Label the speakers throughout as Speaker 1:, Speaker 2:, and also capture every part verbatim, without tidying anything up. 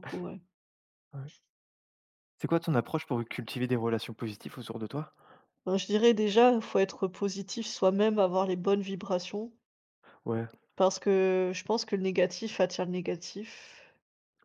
Speaker 1: Beaucoup, ouais.
Speaker 2: Ouais. C'est quoi ton approche pour cultiver des relations positives autour de toi?
Speaker 1: Ben, je dirais déjà, faut être positif soi-même, avoir les bonnes vibrations,
Speaker 2: Ouais,
Speaker 1: parce que je pense que le négatif attire le négatif.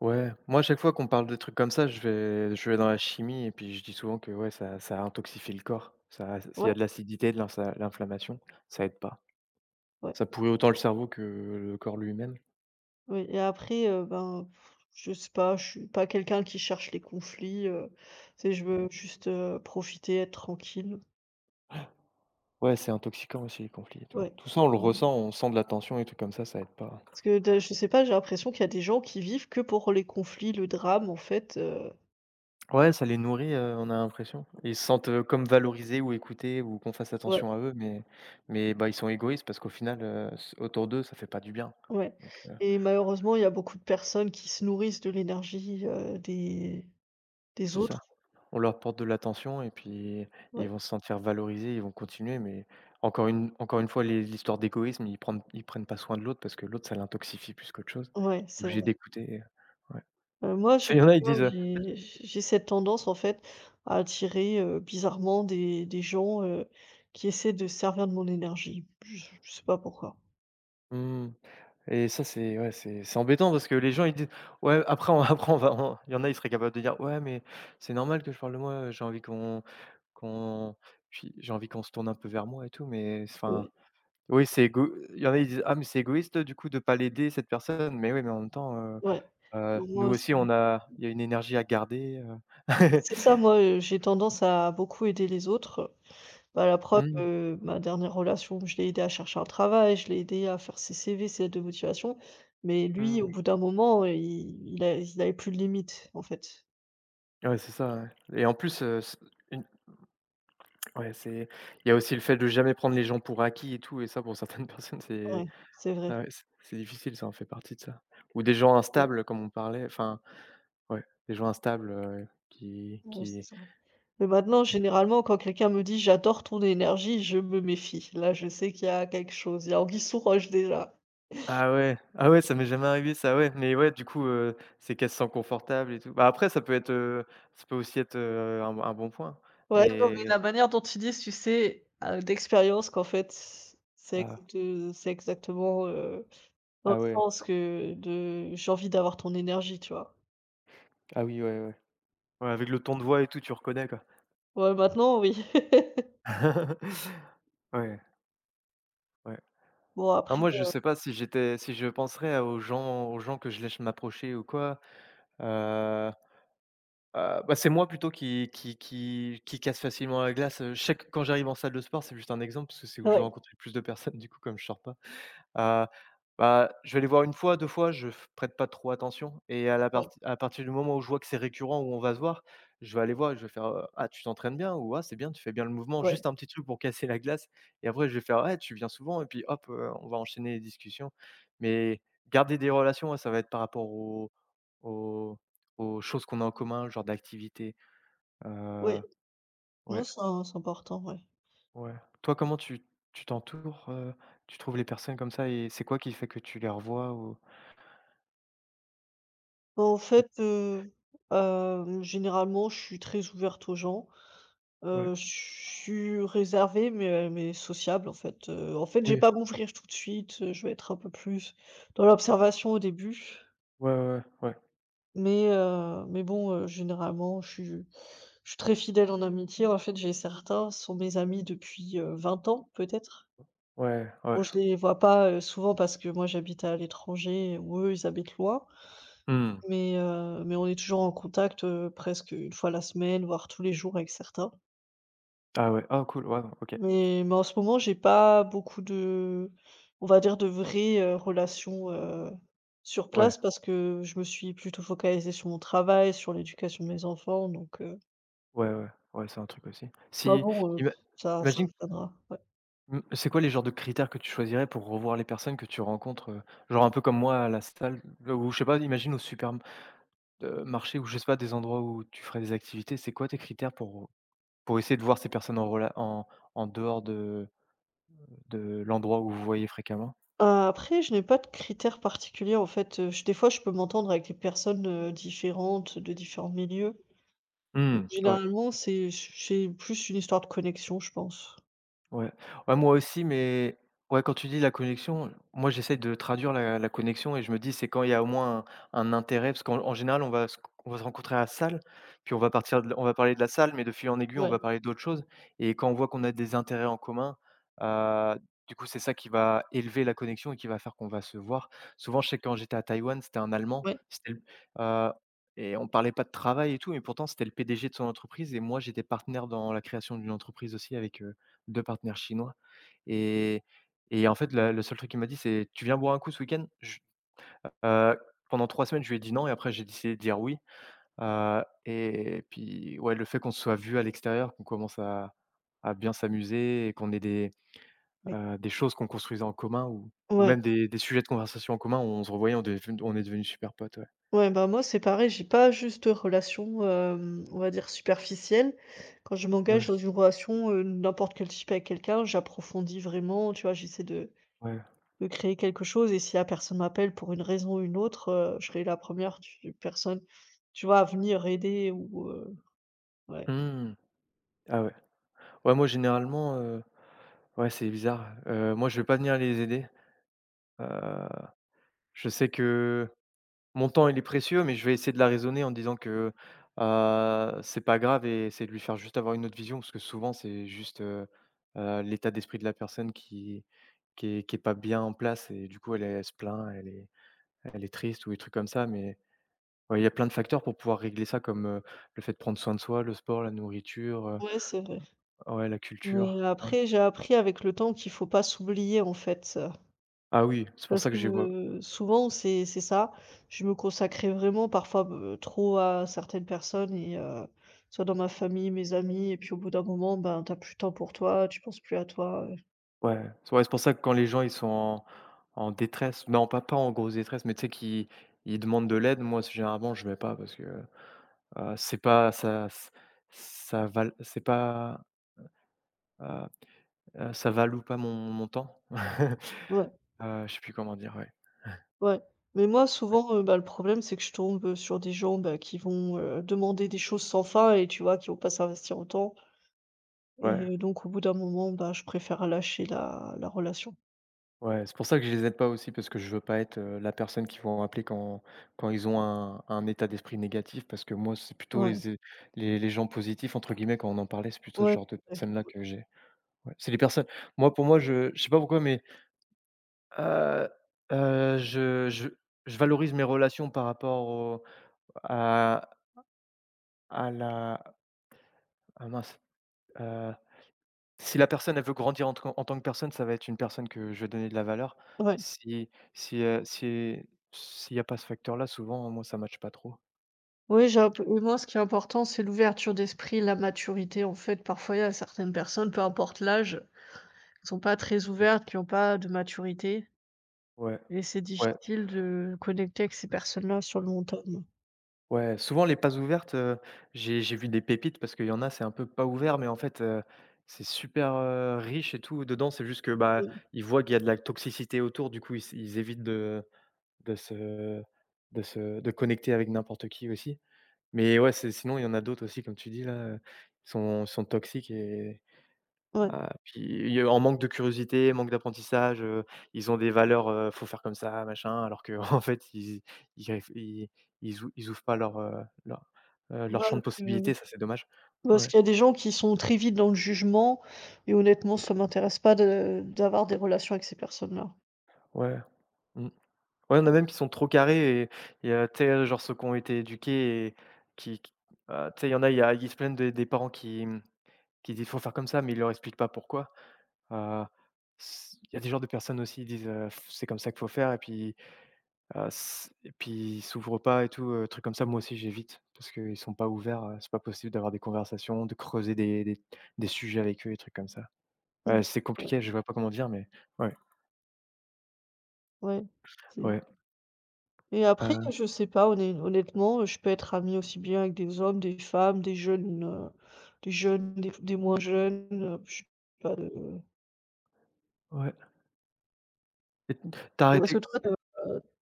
Speaker 2: ouais. Moi, à chaque fois qu'on parle de trucs comme ça, je vais je vais dans la chimie et puis je dis souvent que ouais, ça ça intoxifie le corps. Ça S'il
Speaker 1: Ouais,
Speaker 2: y a de l'acidité, de l'ins l'inflammation, ça aide pas.
Speaker 1: ouais,
Speaker 2: Ça pourrit autant le cerveau que le corps lui-même.
Speaker 1: oui et après, heu, ben, pff, je sais pas, je suis pas quelqu'un qui cherche les conflits, heu, tu je veux
Speaker 2: Ouais,
Speaker 1: juste, heu, profiter, être tranquille.
Speaker 2: ouais, c'est intoxiquant aussi les conflits et tout.
Speaker 1: Ouais.
Speaker 2: Tout ça, on le
Speaker 1: Mmh.
Speaker 2: ressent, on sent de la tension et trucs comme ça, ça aide pas.
Speaker 1: Parce que de je sais pas, j'ai l'impression qu'il y a des gens qui vivent que pour les conflits, le drame, en fait, heu,
Speaker 2: Ouais, ça les nourrit, heu, on a l'impression. Ils se sentent, heu, comme valorisés ou écoutés ou qu'on fasse
Speaker 1: Ouais,
Speaker 2: attention à eux, mais mais bah, ils sont égoïstes parce qu'au final, heu, s autour d'eux, ça fait pas du bien.
Speaker 1: ouais
Speaker 2: Donc heu,
Speaker 1: et malheureusement, il y a beaucoup de personnes qui se nourrissent de l'énergie, heu, des des
Speaker 2: c'est ça.
Speaker 1: autres.
Speaker 2: On leur porte de l'attention et puis ils
Speaker 1: Ouais,
Speaker 2: vont se sentir valorisés, ils vont continuer, mais encore une encore une fois, les l'histoire d'égoïsme, ils prennent ils prennent pas soin de l'autre parce que l'autre, ça l'intoxifie plus qu'autre chose.
Speaker 1: ouais,
Speaker 2: Tu es
Speaker 1: c'est
Speaker 2: obligé
Speaker 1: vrai.
Speaker 2: d'écouter, heu, ouais.
Speaker 1: Heu, moi,
Speaker 2: Tu
Speaker 1: je
Speaker 2: sais, il
Speaker 1: tu
Speaker 2: y en a, ils
Speaker 1: vois,
Speaker 2: disent, heu:
Speaker 1: j'ai j'ai cette tendance, en fait, à attirer, heu, bizarrement des des gens, heu, qui essaient de se servir de mon énergie. Je je sais pas pourquoi.
Speaker 2: «Mmh». Et ça, c'est, ouais, c'est c'est embêtant parce que les gens, ils disent: «Ouais, après on après on va on», il y en a, ils seraient capables de dire: «Ouais, mais c'est normal que je parle de moi, euh, j'ai envie qu'on qu'on puis j'ai envie qu'on se tourne un peu vers moi et tout», mais enfin,
Speaker 1: Ouais,
Speaker 2: oui, c'est égo il y en a, ils disent: «Ah, mais c'est égoïste, du coup, de pas l'aider cette personne», mais oui, mais en même temps, heu
Speaker 1: ouais.
Speaker 2: heu,
Speaker 1: Bon,
Speaker 2: nous
Speaker 1: moi, c'est
Speaker 2: aussi, on a il y a une énergie à garder, heu.
Speaker 1: c'est ça, moi, heu, j'ai tendance à beaucoup aider les autres. Bah, la preuve,
Speaker 2: Mmh,
Speaker 1: heu, ma dernière relation, je l'ai aidé à chercher un travail, je l'ai aidé à faire ses C V, ses lettres de motivation, mais lui,
Speaker 2: mmh.
Speaker 1: au bout d'un moment, il il a il avait plus de limites, en fait.
Speaker 2: Ouais, c'est ça, ouais, et en plus, heu, c une ouais, c'est il y a aussi le fait de jamais prendre les gens pour acquis et tout, et ça, pour certaines personnes, c'est…
Speaker 1: Ouais, c'est
Speaker 2: Ah
Speaker 1: vrai.
Speaker 2: ouais, c'est c'est difficile, ça en fait partie de ça. Ou des gens
Speaker 1: Ouais,
Speaker 2: instables comme on parlait, enfin, ouais, des gens instables, heu, qui
Speaker 1: ouais, c'est
Speaker 2: qui
Speaker 1: ça. Mais maintenant, généralement, quand quelqu'un me dit: «J'adore ton énergie», je me méfie. Là, je sais qu'il y a quelque chose. Il y a anguille sous roche déjà.
Speaker 2: ah ouais, ah ouais, ça m'est jamais arrivé ça, ouais, mais ouais, du coup, heu, c'est qu'elle se sent confortable et tout. Bah, après ça peut être, heu, ça peut aussi être, heu, un un bon point,
Speaker 1: Ouais, non, mais
Speaker 2: mais…
Speaker 1: la manière dont ils disent, tu sais, heu, d'expérience qu'en fait, c'est
Speaker 2: Ah,
Speaker 1: exacte c'est exactement, heu, dans le
Speaker 2: ah ouais,
Speaker 1: sens que de «J'ai envie d'avoir ton énergie», tu vois?
Speaker 2: ah oui, ouais, ouais. Ouais, avec le ton de voix et tout, tu reconnais, quoi.
Speaker 1: Ouais, maintenant, oui.
Speaker 2: Ouais, ouais.
Speaker 1: Bon
Speaker 2: Ah
Speaker 1: après,
Speaker 2: moi, je sais pas si j'étais si je penserais à aux gens aux gens que je laisse m'approcher ou quoi, heu Heu, bah, c'est moi plutôt qui qui qui qui casse facilement la glace, heu, je sais que quand j'arrive en salle de sport, c'est juste un exemple, parce que c'est où je vais
Speaker 1: ouais,
Speaker 2: rencontrer le plus de personnes, du coup comme je sors pas. Heu, Bah, je vais les voir une fois, deux fois, je f prête pas trop attention, et à la
Speaker 1: ouais,
Speaker 2: parti à partir du moment où je vois que c'est récurrent, où on va se voir, je vais aller voir et je vais faire, heu: «Ah, tu t'entraînes bien?» ou «Ah, c'est bien, tu fais bien le mouvement».
Speaker 1: ouais,
Speaker 2: Juste un petit truc pour casser la glace, et après je vais faire: «Ouais, tu viens souvent», et puis hop, heu, on va enchaîner les discussions. Mais garder des relations, ouais, ça va être par rapport aux aux aux choses qu'on a en commun, genre d'activités, heu,
Speaker 1: ouais. Non,
Speaker 2: ouais,
Speaker 1: c'est im c'est important, ouais.
Speaker 2: ouais. Toi, comment tu tu t'entoures, heu, tu trouves les personnes comme ça, et c'est quoi qui fait que tu les revois ou…
Speaker 1: En fait, heu, hem, généralement, je suis très ouverte aux gens.
Speaker 2: Ouais,
Speaker 1: Heu, je suis réservée mais mais sociable en fait, heu, en fait, j'ai
Speaker 2: oui,
Speaker 1: pas à m'ouvrir tout de suite, heu, je vais être un peu plus dans l'observation au début,
Speaker 2: ouais, ouais, ouais,
Speaker 1: mais heu, mais bon, heu, généralement, je suis je suis très fidèle en amitié. En fait, j'ai certains, ce sont mes amis depuis, heu, vingt ans peut-être.
Speaker 2: ouais, ouais, ouais.
Speaker 1: Bon, je les vois pas, heu, souvent parce que moi j'habite à l'étranger ou eux, ils habitent loin,
Speaker 2: Mmh.
Speaker 1: mais heu, mais on est toujours en contact, heu, presque une fois la semaine, voire tous les jours avec certains.
Speaker 2: Ah ouais, ah cool, ouais, OK.
Speaker 1: Mais mais en ce moment, j'ai pas beaucoup de on va dire de vraies, heu, relations, heu, sur
Speaker 2: Ouais,
Speaker 1: place parce que je me suis plutôt focalisée sur mon travail, sur l'éducation de mes enfants donc heu,
Speaker 2: ouais, ouais, ouais, c'est un truc aussi.
Speaker 1: enfin
Speaker 2: Si
Speaker 1: bon, heu,
Speaker 2: ima
Speaker 1: ça ça me
Speaker 2: imagine,
Speaker 1: viendra ouais.
Speaker 2: mmh, c'est quoi les genres de critères que tu choisirais pour revoir les personnes que tu rencontres, heu, genre un peu comme moi à la salle, heu, ou je sais pas, imagine au supermarché, ou je sais pas, des endroits où tu ferais des activités, c'est quoi tes critères pour pour essayer de voir ces personnes en rela en en dehors de de l'endroit où vous voyez fréquemment?
Speaker 1: Heu, après je n'ai pas de critères particuliers en fait, heu, j des fois je peux m'entendre avec des personnes, heu, différentes, de différents milieux. Donc
Speaker 2: Hmm, ouais.
Speaker 1: généralement c'est j c'est plus une histoire de connexion je pense.
Speaker 2: Ouais. Ouais, moi aussi, mais ouais, quand tu dis la connexion, moi, j'essaie de traduire la la connexion et je me dis: «C'est quand il y a au moins un un intérêt» parce qu'en en général, on va se on va se rencontrer à la salle, puis on va partir de l on va parler de la salle, mais de fil en aiguille, on
Speaker 1: Ouais,
Speaker 2: va parler d'autres choses, et quand on voit qu'on a des intérêts en commun, heu, du coup, c'est ça qui va élever la connexion et qui va faire qu'on va se voir. Souvent, je sais que quand j'étais à Taïwan, c'était un Allemand,
Speaker 1: ouais,
Speaker 2: c'était le heu et on parlait pas de travail et tout, mais pourtant, c'était le P D G de son entreprise, et moi, j'étais partenaire dans la création d'une entreprise aussi avec, euh, deux partenaires chinois. Mmh. et et en fait, la le seul truc qu'il m'a dit, c'est: «Tu viens boire un coup ce week-end?». Je heu, Pendant trois semaines, je lui ai dit non, et après j'ai décidé de dire oui, heu et puis, ouais, le fait qu'on se soit vu à l'extérieur, qu'on commence à à bien s'amuser et qu'on ait des,
Speaker 1: ouais.
Speaker 2: heu, des choses qu'on construisait en commun, ou ou
Speaker 1: Ouais.
Speaker 2: même des des sujets de conversation en commun, on se revoyait, on devait on est devenus super potes, ouais.
Speaker 1: Ouais, bah, moi, c'est pareil, j'ai pas juste relation, hem, on va dire superficielle. Quand je m'engage
Speaker 2: Ouais,
Speaker 1: dans une relation, heu, n'importe quel type avec quelqu'un, j'approfondis vraiment, tu vois? J'essaie de
Speaker 2: ouais.
Speaker 1: de créer quelque chose et si la personne m'appelle pour une raison ou une autre, heu, je serai la première tu personne, tu vois, à venir aider ou, heu ouais.
Speaker 2: Mmh. Ah ouais. Ouais, moi, généralement, heu, ouais, c'est bizarre, heu, moi, je vais pas venir les aider, heu, je sais que mon temps, il est précieux, mais je vais essayer de la raisonner en disant que, heu, c'est pas grave, et essayer de lui faire juste avoir une autre vision, parce que souvent c'est juste, heu heu, l'état d'esprit de la personne qui qui est qui est pas bien en place, et du coup elle elle se plaint, elle est elle est triste ou des trucs comme ça, mais ouais, il y a plein de facteurs pour pouvoir régler ça, comme, heu, le fait de prendre soin de soi, le sport, la nourriture, heu,
Speaker 1: Ouais, c'est vrai.
Speaker 2: ouais, la
Speaker 1: Mais
Speaker 2: culture, ouais.
Speaker 1: après, j'ai appris avec le temps qu'il faut pas s'oublier, en fait.
Speaker 2: Ah oui, c'est pour
Speaker 1: Parce
Speaker 2: ça
Speaker 1: que,
Speaker 2: que j'ai.
Speaker 1: heu, souvent c'est c'est ça, je me consacrais vraiment parfois, heu, trop à certaines personnes et heu, soit dans ma famille, mes amis et puis au bout d'un moment, ben, t'as plus de temps pour toi, tu penses plus à toi, heu,
Speaker 2: Ouais, c'est ouais, c'est pour ça que quand les gens, ils sont en en détresse, non, pas pas en grosse détresse, mais tu sais, qui ils demandent de l'aide, moi s généralement je vais pas, parce que, heu, c'est pas ça, ç ça val c'est pas, heu heu, ça valoue pas mon mon temps.
Speaker 1: ouais,
Speaker 2: Heu, je sais plus comment dire, ouais.
Speaker 1: ouais. Mais moi souvent, heu, bah, le problème c'est que je tombe, heu, sur des gens, bah, qui vont, heu, demander des choses sans fin et tu vois, qui vont pas s'investir autant et
Speaker 2: Ouais,
Speaker 1: heu, donc au bout d'un moment, bah, je préfère lâcher la la relation.
Speaker 2: ouais, c'est pour ça que je les aide pas aussi, parce que je veux pas être, heu, la personne qu'ils vont appeler quand quand ils ont un un état d'esprit négatif, parce que moi c'est plutôt les
Speaker 1: Ouais,
Speaker 2: les les gens «positifs» entre guillemets, quand on en parlait, c'est plutôt ce
Speaker 1: ouais,
Speaker 2: genre de
Speaker 1: ouais,
Speaker 2: personnes là que j'ai. Ouais, c'est les personnes moi, pour moi, je je sais pas pourquoi, mais, heu heu, je je je valorise mes relations par rapport au à à la ah mince, heu, si la personne, elle veut grandir en tant en tant que personne, ça va être une personne que je vais donner de la valeur.
Speaker 1: ouais.
Speaker 2: Si si, heu, si s'il y a pas ce facteur-là, souvent, moi, ça ne matche pas trop.
Speaker 1: Oui, j'ai un peu et moi, ce qui est important, c'est l'ouverture d'esprit, la maturité. En fait, parfois, il y a certaines personnes, peu importe l'âge, qui sont pas très ouvertes, qui ont pas de maturité
Speaker 2: Ouais,
Speaker 1: et c'est
Speaker 2: ouais.
Speaker 1: difficile de connecter avec ces personnes-là sur le long terme.
Speaker 2: Ouais, souvent les passes ouvertes, heu, j'ai j'ai vu des pépites parce qu'il y en a, c'est un peu pas ouvert, mais en fait, heu, c'est super, heu, riche et tout dedans. C'est juste que, bah,
Speaker 1: Oui,
Speaker 2: ils voient qu'il y a de la toxicité autour, du coup, ils s ils évitent de de se de se de connecter avec n'importe qui aussi. Mais ouais, c'est sinon il y en a d'autres aussi, comme tu dis là, heu, sont sont toxiques et…
Speaker 1: ouais.
Speaker 2: Heu, puis il y a en manque de curiosité, manque d'apprentissage, heu, ils ont des valeurs, heu, faut faire comme ça, machin, alors qu'en fait ils ils réf ils ils ou ils ouvrent pas leur, heu, leur, heu, leur
Speaker 1: Parce
Speaker 2: champ de
Speaker 1: que
Speaker 2: possibilités, ça c'est dommage.
Speaker 1: parce
Speaker 2: Ouais,
Speaker 1: qu'il y a des gens qui sont très vite dans le jugement et honnêtement, ça m'intéresse pas de d'avoir des relations avec ces personnes-là.
Speaker 2: ouais, mmh. Ouais, il y en a même qui sont trop carrés, et et heu, tu sais, genre ceux qui ont été éduqués et qui qui heu, tu sais, il y en a, il y a ils se plaignent des des parents qui, mmh, qui disent: «Faut faire comme ça», mais ils leur expliquent pas pourquoi. Heu, s Il y a des genres de personnes aussi, qui disent, heu: «C'est comme ça qu'il faut faire», et puis… Heu, s Et puis ils s'ouvrent pas et tout, heu, trucs comme ça, moi aussi j'évite, parce qu'ils sont pas ouverts, heu, c'est pas possible d'avoir des conversations, de creuser des des des sujets avec eux et trucs comme ça.
Speaker 1: Mmh.
Speaker 2: Ouais, c'est
Speaker 1: Ouais,
Speaker 2: compliqué, je vois pas comment dire, mais ouais,
Speaker 1: ouais.
Speaker 2: ouais,
Speaker 1: Et après,
Speaker 2: heu,
Speaker 1: je sais pas, honn honnêtement, je peux être amie aussi bien avec des hommes, des femmes, des jeunes, heu, des jeunes, des des moins jeunes, heu, je sais pas, heu,
Speaker 2: ouais. T'as
Speaker 1: parce que
Speaker 2: arrêté
Speaker 1: toi,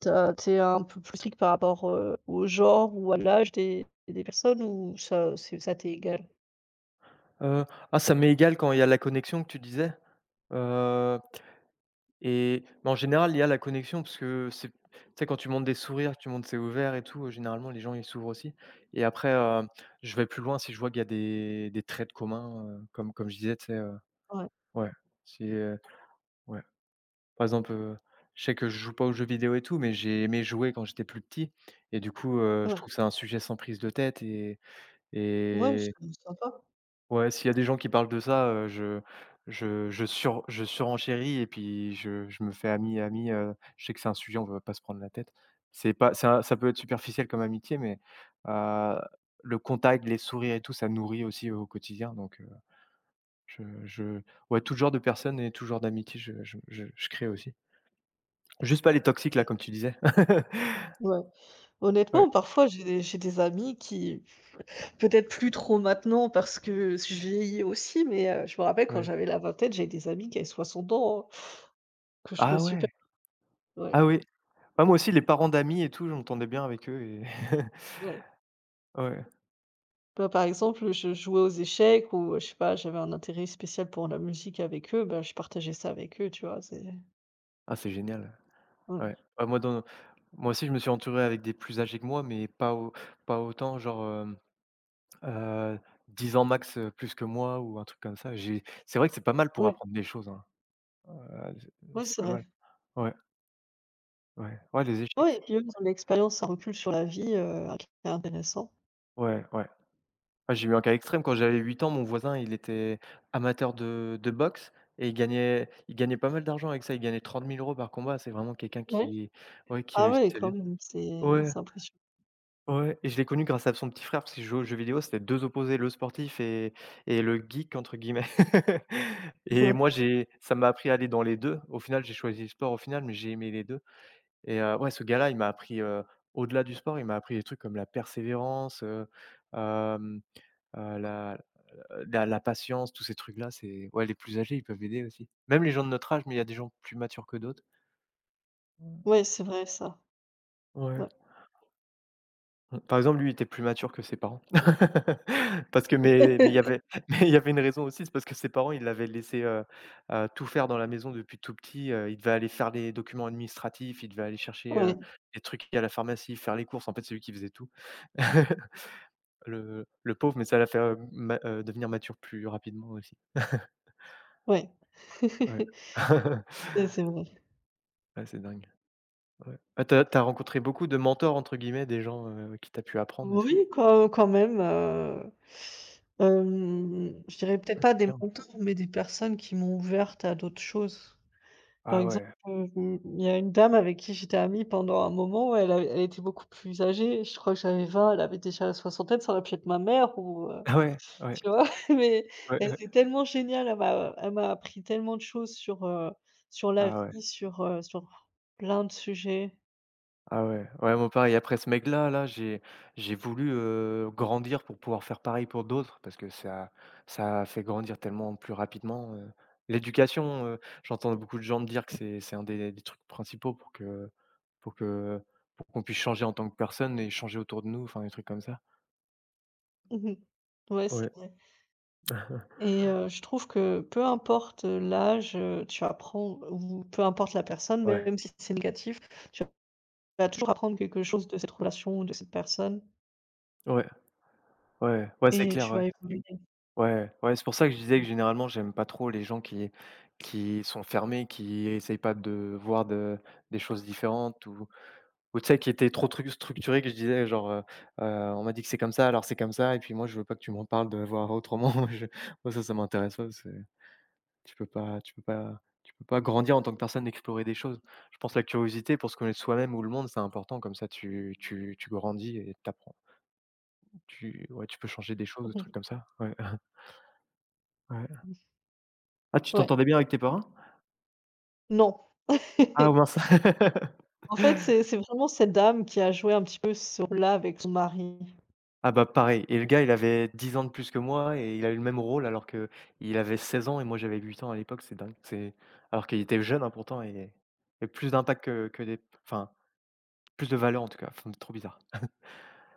Speaker 1: tu as tu un peu plus strict par rapport, heu, au genre ou à l'âge des des personnes ou ça c'est ça t'est égal?
Speaker 2: heu, ah ça m'est égal quand il y a la connexion que tu disais, heu et mais en général, il y a la connexion parce que c'est tu sais quand tu montes des sourires, tu montes, c'est ouvert et tout, heu, généralement les gens ils s'ouvrent aussi et après, heu, je vais plus loin si je vois qu'il y a des des traits de commun, heu, comme comme je disais, tu sais, heu
Speaker 1: Ouais,
Speaker 2: ouais, c'est, heu, ouais. Par exemple, heu, je sais que je joue pas aux jeux vidéo et tout, mais j'ai aimé jouer quand j'étais plus petit et du coup, heu, je trouve que
Speaker 1: ouais,
Speaker 2: c'est un sujet sans prise de tête et
Speaker 1: ouais,
Speaker 2: et
Speaker 1: c'est sympa.
Speaker 2: ouais, s'il y a des gens qui parlent de ça, heu, je je je sur je surenchéris et puis je je me fais ami ami, heu, je sais que c'est un sujet, on ne veut pas se prendre la tête. C'est pas ça ça peut être superficiel comme amitié, mais, heu, le contact, les sourires et tout, ça nourrit aussi au quotidien donc, heu, je je ouais, tout genre de personnes et tout genre d'amitié, je je je je crée aussi. Juste pas les toxiques là, comme tu disais.
Speaker 1: Ouais.
Speaker 2: Ouais,
Speaker 1: Honnêtement, parfois, j'ai des j'ai des amis qui peut-être plus trop maintenant parce que je vieillis aussi, mais heu, je me rappelle quand
Speaker 2: ouais.
Speaker 1: j'avais la vingtaine, j'avais des amis qui avaient soixante ans, hein, que je trouvais
Speaker 2: Ah
Speaker 1: super.
Speaker 2: ouais!
Speaker 1: Ouais,
Speaker 2: Ah oui. Ah moi aussi les parents d'amis et tout, je m'entendais bien avec eux et
Speaker 1: ouais.
Speaker 2: ouais.
Speaker 1: Bah, par exemple, je jouais aux échecs ou, heu, je sais pas, j'avais un intérêt spécial pour la musique avec eux, bah, je partageais ça avec eux, tu vois? C'est
Speaker 2: Ah c'est génial, ouais.
Speaker 1: Ouais,
Speaker 2: Ah moi dans moi aussi je me suis entouré avec des plus âgés que moi, mais pas au pas autant genre, hem, heu, dix ans max, heu, plus que moi ou un truc comme ça. J'ai c'est vrai que c'est pas mal pour
Speaker 1: ouais,
Speaker 2: apprendre des choses, hein. Heu, c'est
Speaker 1: ouais,
Speaker 2: c'est
Speaker 1: c'est
Speaker 2: pas
Speaker 1: vrai.
Speaker 2: mal. Ouais, ouais. Ouais les
Speaker 1: Ouais et
Speaker 2: échecs.
Speaker 1: puis eux, ils ont de l'expérience, un recul sur la vie, heu, qui est intéressant.
Speaker 2: Ouais, ouais. Ah, j'ai eu un cas extrême quand j'avais huit ans, mon voisin, il était amateur de de boxe et il gagnait il gagnait pas mal d'argent avec ça. Il gagnait trente mille euros par combat. C'est vraiment quelqu'un
Speaker 1: Ouais.
Speaker 2: qui ouais, qui
Speaker 1: Ah ouais,
Speaker 2: réussissait
Speaker 1: quand
Speaker 2: bien.
Speaker 1: même, c'est
Speaker 2: Ouais,
Speaker 1: c'est impressionnant.
Speaker 2: ouais et je l'ai connu grâce à son petit frère parce qu'il jouait aux jeux vidéo, c'était deux opposés, le sportif et et le «geek» entre guillemets et moi, j'ai ça m'a appris à aller dans les deux. Au final, j'ai choisi le sport au final, mais j'ai aimé les deux. Et heu, ouais, ce gars-là, il m'a appris, heu, au-delà du sport, il m'a appris des trucs comme la persévérance, heu, hem, heu, la heu, la la patience, tous ces trucs-là, c'est ouais, les plus âgés, ils peuvent aider aussi. Même les gens de notre âge, mais il y a des gens plus matures que d'autres. Mmh.
Speaker 1: Ouais, ouais, c'est vrai ça.
Speaker 2: Ouais.
Speaker 1: Ouais.
Speaker 2: Mmh, par exemple, lui, il était plus mature que ses parents. Parce que mais mais il y avait mais il y avait une raison aussi, c'est parce que ses parents, ils l'avaient laissé, heu heu, tout faire dans la maison depuis tout petit, heu, il devait aller faire les documents administratifs, il devait aller chercher, heu,
Speaker 1: Ouais,
Speaker 2: les trucs à la pharmacie, faire les courses. En fait, c'est lui qui faisait tout. Le le pauvre, mais ça l'a fait, heu, ma heu, devenir mature plus rapidement aussi.
Speaker 1: ouais.
Speaker 2: Ouais.
Speaker 1: C'est c'est vrai.
Speaker 2: Ouais, c'est dingue. Ouais. Ah, tu as rencontré beaucoup de «mentors» entre guillemets, des gens, heu, qui t'as pu apprendre et tout?
Speaker 1: Oui, quand quand même, heu, hem, je dirais peut-être
Speaker 2: Ah,
Speaker 1: pas
Speaker 2: c'est
Speaker 1: des
Speaker 2: bien.
Speaker 1: mentors, mais des personnes qui m'ont ouverte à d'autres choses. Par
Speaker 2: Ah
Speaker 1: exemple,
Speaker 2: ouais.
Speaker 1: heu, mmh, il y a une dame avec qui j'étais amie pendant un moment, ouais, elle a elle était beaucoup plus âgée, je crois que j'avais vingt, elle avait déjà la soixantaine, ça aurait pu être ma mère ou heu,
Speaker 2: Ah ouais, ouais,
Speaker 1: tu vois? Mais
Speaker 2: ouais,
Speaker 1: elle
Speaker 2: ouais.
Speaker 1: était tellement géniale, elle m'a elle m'a appris tellement de choses sur, heu, sur la
Speaker 2: Ah ouais,
Speaker 1: vie, sur, heu, sur plein de sujets.
Speaker 2: ah ouais. Ouais, moi pareil, après ce mec-là, là, j'ai j'ai voulu, heu, grandir pour pouvoir faire pareil pour d'autres parce que ça ça fait grandir tellement plus rapidement, heu. L'éducation, heu, j'entends beaucoup de gens me dire que c'est c'est un des des trucs principaux pour que pour que pour qu'on puisse changer en tant que personne et changer autour de nous, enfin des trucs comme ça.
Speaker 1: Mmh. Ouais, c'est
Speaker 2: Ouais.
Speaker 1: vrai et heu, je trouve que peu importe, l'âge, heu, tu apprends ou peu importe la personne,
Speaker 2: Ouais.
Speaker 1: même si c'est négatif, tu vas toujours apprendre quelque chose de cette relation ou de cette personne
Speaker 2: Ouais, ouais, ouais, c'est
Speaker 1: et
Speaker 2: clair,
Speaker 1: tu
Speaker 2: ouais.
Speaker 1: vas évoluer.
Speaker 2: Ouais, ouais, c'est pour ça que je disais que généralement j'aime pas trop les gens qui qui sont fermés, qui essayent pas de voir de des choses différentes ou ou tu sais qui étaient trop truc structurés que je disais genre, heu, heu, on m'a dit que c'est comme ça, alors c'est comme ça et puis moi je veux pas que tu m'en parles de voir autrement. Je moi ça, ça m'intéresse pas, c'est tu peux pas tu peux pas tu peux pas grandir en tant que personne, explorer des choses. Je pense que la curiosité pour se connaître soi-même ou le monde, c'est important comme ça tu tu tu grandis et t'apprends. Tu ouais, tu peux changer des choses, des
Speaker 1: Mmh
Speaker 2: trucs comme ça. Ouais, ouais.
Speaker 1: mh.
Speaker 2: Ah, tu
Speaker 1: Ouais,
Speaker 2: t'entendais bien avec tes parents?
Speaker 1: non.
Speaker 2: Ah oh,
Speaker 1: En fait,
Speaker 2: mince.
Speaker 1: c'est c'est vraiment cette dame qui a joué un petit peu ce rôle-là avec son mari.
Speaker 2: Ah bah pareil et le gars il avait dix ans de plus que moi et il a eu le même rôle alors que il avait seize ans et moi j'avais huit ans à l'époque, c'est dingue. C'est alors qu'il était jeune, hein, pourtant et et plus d'impact que que des enfin, plus de valeur en tout cas, enfin trop bizarre.